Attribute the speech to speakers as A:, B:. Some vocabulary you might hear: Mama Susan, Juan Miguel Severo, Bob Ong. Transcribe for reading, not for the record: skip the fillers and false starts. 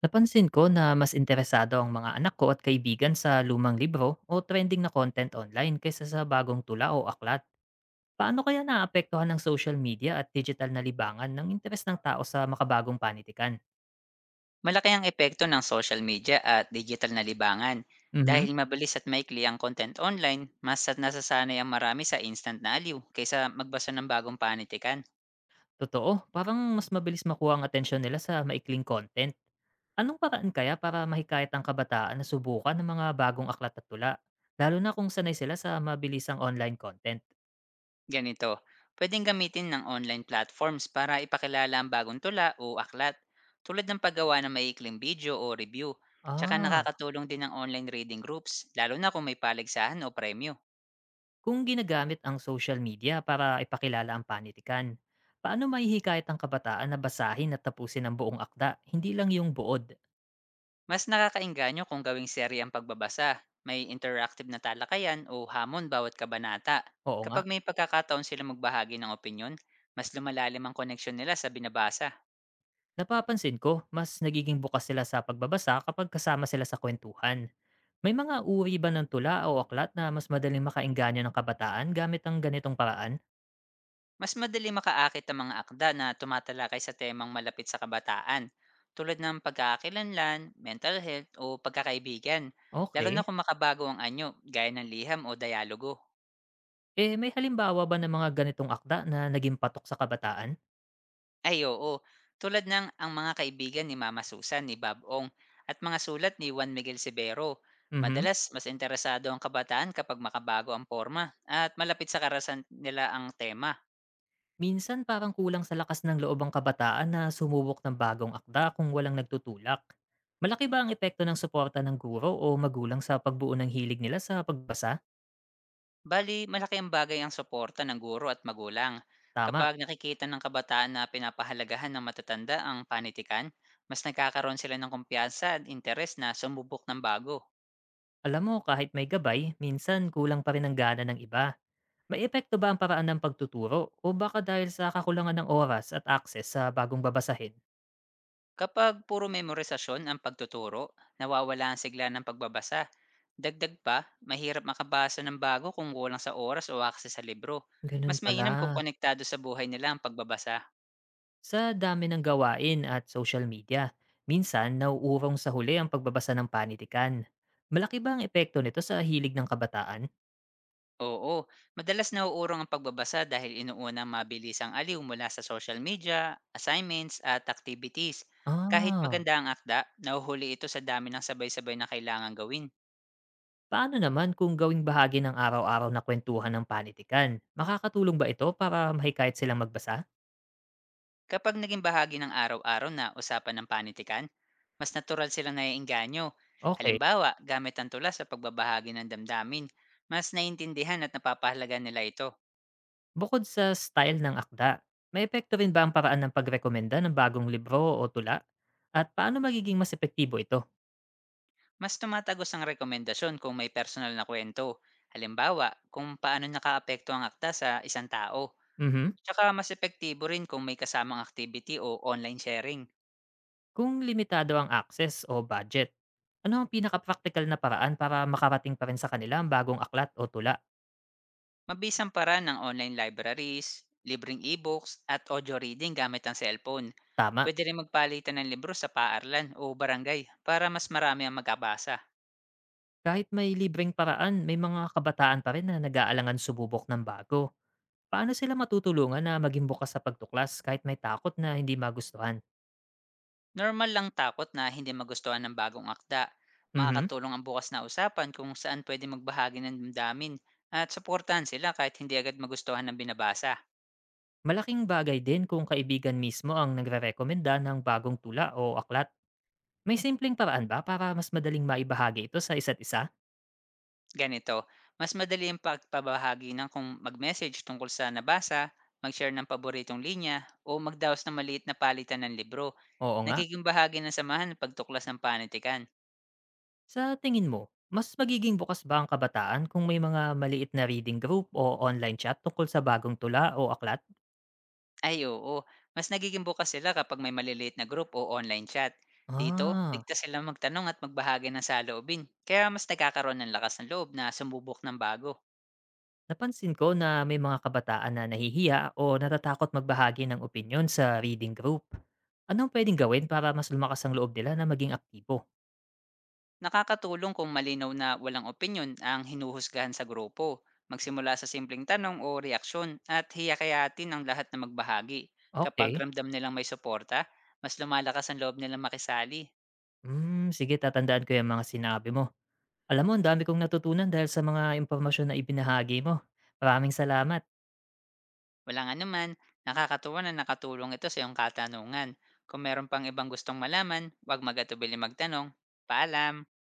A: Napansin ko na mas interesado ang mga anak ko at kaibigan sa lumang libro o trending na content online kaysa sa bagong tula o aklat. Paano kaya naapektuhan ng social media at digital na libangan ng interes ng tao sa makabagong panitikan?
B: Malaki ang epekto ng social media at digital na libangan.
A: Mhm.
B: Dahil mabilis at maikli ang content online, mas at nasasanay ang marami sa instant na aliw kaysa magbasa ng bagong panitikan.
A: Totoo, parang mas mabilis makuha ang atensyon nila sa maikling content. Anong paraan kaya para mahikayat ang kabataan na subukan ng mga bagong aklat at tula? Lalo na kung sanay sila sa mabilisang online content.
B: Ganito, pwedeng gamitin ng online platforms para ipakilala ang bagong tula o aklat, tulad ng paggawa ng maikling video o review. Tsaka
A: Ah.
B: nakakatulong din ang online reading groups, lalo na kung may paligsahan o premyo.
A: Kung ginagamit ang social media para ipakilala ang panitikan, paano mahihikayat ang kabataan na basahin at tapusin ang buong akda, hindi lang yung buod?
B: Mas nakakaengganyo kung gawing serye ang pagbabasa, may interactive na talakayan o hamon bawat kabanata.
A: Oo nga,
B: Kapag may pagkakataon sila magbahagi ng opinyon, mas lumalalim ang koneksyon nila sa binabasa.
A: napapansin ko, mas nagiging bukas sila sa pagbabasa kapag kasama sila sa kwentuhan. May mga uri ba ng tula o aklat na mas madaling makainganyo ng kabataan gamit ang ganitong paraan?
B: Mas madali makaakit ang mga akda na tumatalakay sa temang malapit sa kabataan, tulad ng pagkakakilanlan, mental health o pagkakaibigan, lalo na
A: Okay.
B: kung makabago ang anyo, gaya ng liham o dialogo.
A: Eh, may halimbawa ba ng mga ganitong akda na naging patok sa kabataan?
B: Ay, oo, tulad ng Ang Mga Kaibigan ni Mama Susan ni Bob Ong at mga sulat ni Juan Miguel Severo.
A: Mhm.
B: Madalas, mas interesado ang kabataan kapag makabago ang forma at malapit sa karasan nila ang tema.
A: Minsan parang kulang sa lakas ng loob ang kabataan na sumubok ng bagong akda kung walang nagtutulak. Malaki ba ang epekto ng suporta ng guro o magulang sa pagbuo ng hilig nila sa pagbasa?
B: Bali, malaki ang bagay ang suporta ng guro at magulang.
A: Tama.
B: Kapag nakikita ng kabataan na pinapahalagahan ng matatanda ang panitikan, mas nagkakaroon sila ng kumpiyansa at interes na sumubok ng bago.
A: Alam mo, kahit may gabay, minsan kulang pa rin ang gana ng iba. May epekto ba ang paraan ng pagtuturo o baka dahil sa kakulangan ng oras at akses sa bagong babasahin?
B: Kapag puro memorisasyon ang pagtuturo, nawawala ang sigla ng pagbabasa. Dagdag pa, mahirap makabasa ng bago kung kulang sa oras o access sa libro.
A: Ganun
B: Mas
A: pala.
B: mainam kung konektado sa buhay nila ang pagbabasa.
A: Sa dami ng gawain at social media, minsan nauurong sa huli ang pagbabasa ng panitikan. Malaki ba ang epekto nito sa hilig ng kabataan?
B: Oo, madalas nauurong ang pagbabasa dahil inuuna ang mabilisang aliw mula sa social media, assignments at activities. Kahit
A: Ah,
B: maganda ang akda, nahuhuli ito sa dami ng sabay-sabay na kailangan gawin.
A: paano naman kung gawing bahagi ng araw-araw na kwentuhan ng panitikan? Makakatulong ba ito para mahikayat silang magbasa?
B: Kapag naging bahagi ng araw-araw na usapan ng panitikan, mas natural silang naiengganyo.
A: Okay.
B: Halimbawa, gamit ang tula sa pagbabahagi ng damdamin, mas naiintindihan at napapahalaga nila ito.
A: Bukod sa style ng akda, may epekto rin ba ang paraan ng pagrekomenda ng bagong libro o tula? At paano magiging mas epektibo ito?
B: Mas tumatagos ang rekomendasyon kung may personal na kwento. Halimbawa, kung paano nakaapekto ang akta sa isang tao.
A: Mhm.
B: Tsaka mas epektibo rin kung may kasamang activity o online sharing.
A: Kung limitado ang access o budget, ano ang pinaka-praktikal na paraan para makarating pa rin sa kanila ang bagong aklat o tula?
B: Mabisang paraan ng online libraries, libreng e-books at audio reading gamit ang cellphone.
A: Tama.
B: Pwede rin magpalitan ng libro sa paaralan o barangay para mas marami ang magkabasa.
A: Kahit may libreng paraan, may mga kabataan pa rin na nag-aalangan sububok ng bago. Paano sila matutulungan na maging bukas sa pagtuklas kahit may takot na hindi magustuhan?
B: Normal lang takot na hindi magustuhan ng bagong akda.
A: Mhm.
B: Makakatulong ang bukas na usapan kung saan pwede magbahagi ng damdamin at suportahan sila kahit hindi agad magustuhan ng binabasa.
A: Malaking bagay din kung kaibigan mismo ang nagre-rekomenda ng bagong tula o aklat. May simpleng paraan ba para mas madaling maibahagi ito sa isa't isa?
B: Ganito, mas madali ang pagpabahagi ng kung mag-message tungkol sa nabasa, mag-share ng paboritong linya, o magdaos ng maliit na palitan ng libro.
A: Oo nga.
B: Nagiging bahagi ng samahan ng pagtuklas ng panitikan.
A: Sa tingin mo, mas magiging bukas ba ang kabataan kung may mga maliit na reading group o online chat tungkol sa bagong tula o aklat?
B: Ay, oo, mas nagiging bukas sila kapag may maliliit na group o online chat. Dito,
A: Ah,
B: ligtas silang magtanong at magbahagi ng saloobin, kaya mas nagkakaroon ng lakas ng loob na sumubok ng bago.
A: napansin ko na may mga kabataan na nahihiya o natatakot magbahagi ng opinyon sa reading group. Anong pwedeng gawin para mas lumakas ang loob nila na maging aktibo?
B: Nakakatulong kung malinaw na walang opinyon ang hinuhusgahan sa grupo. Magsimula sa simpleng tanong o reaksyon at hiyakayatin ang lahat na magbahagi. Kapag
A: Okay.
B: ramdam nilang may suporta, mas lumalakas ang loob nilang makisali.
A: Hmm, sige tatandaan ko yung mga sinabi mo. Alam mo, ang dami kong natutunan dahil sa mga impormasyon na ibinahagi mo. Maraming salamat.
B: Walang anuman, nakakatuwa na nakatulong ito sa iyong katanungan. Kung meron pang ibang gustong malaman, huwag magatubili magtanong. Paalam!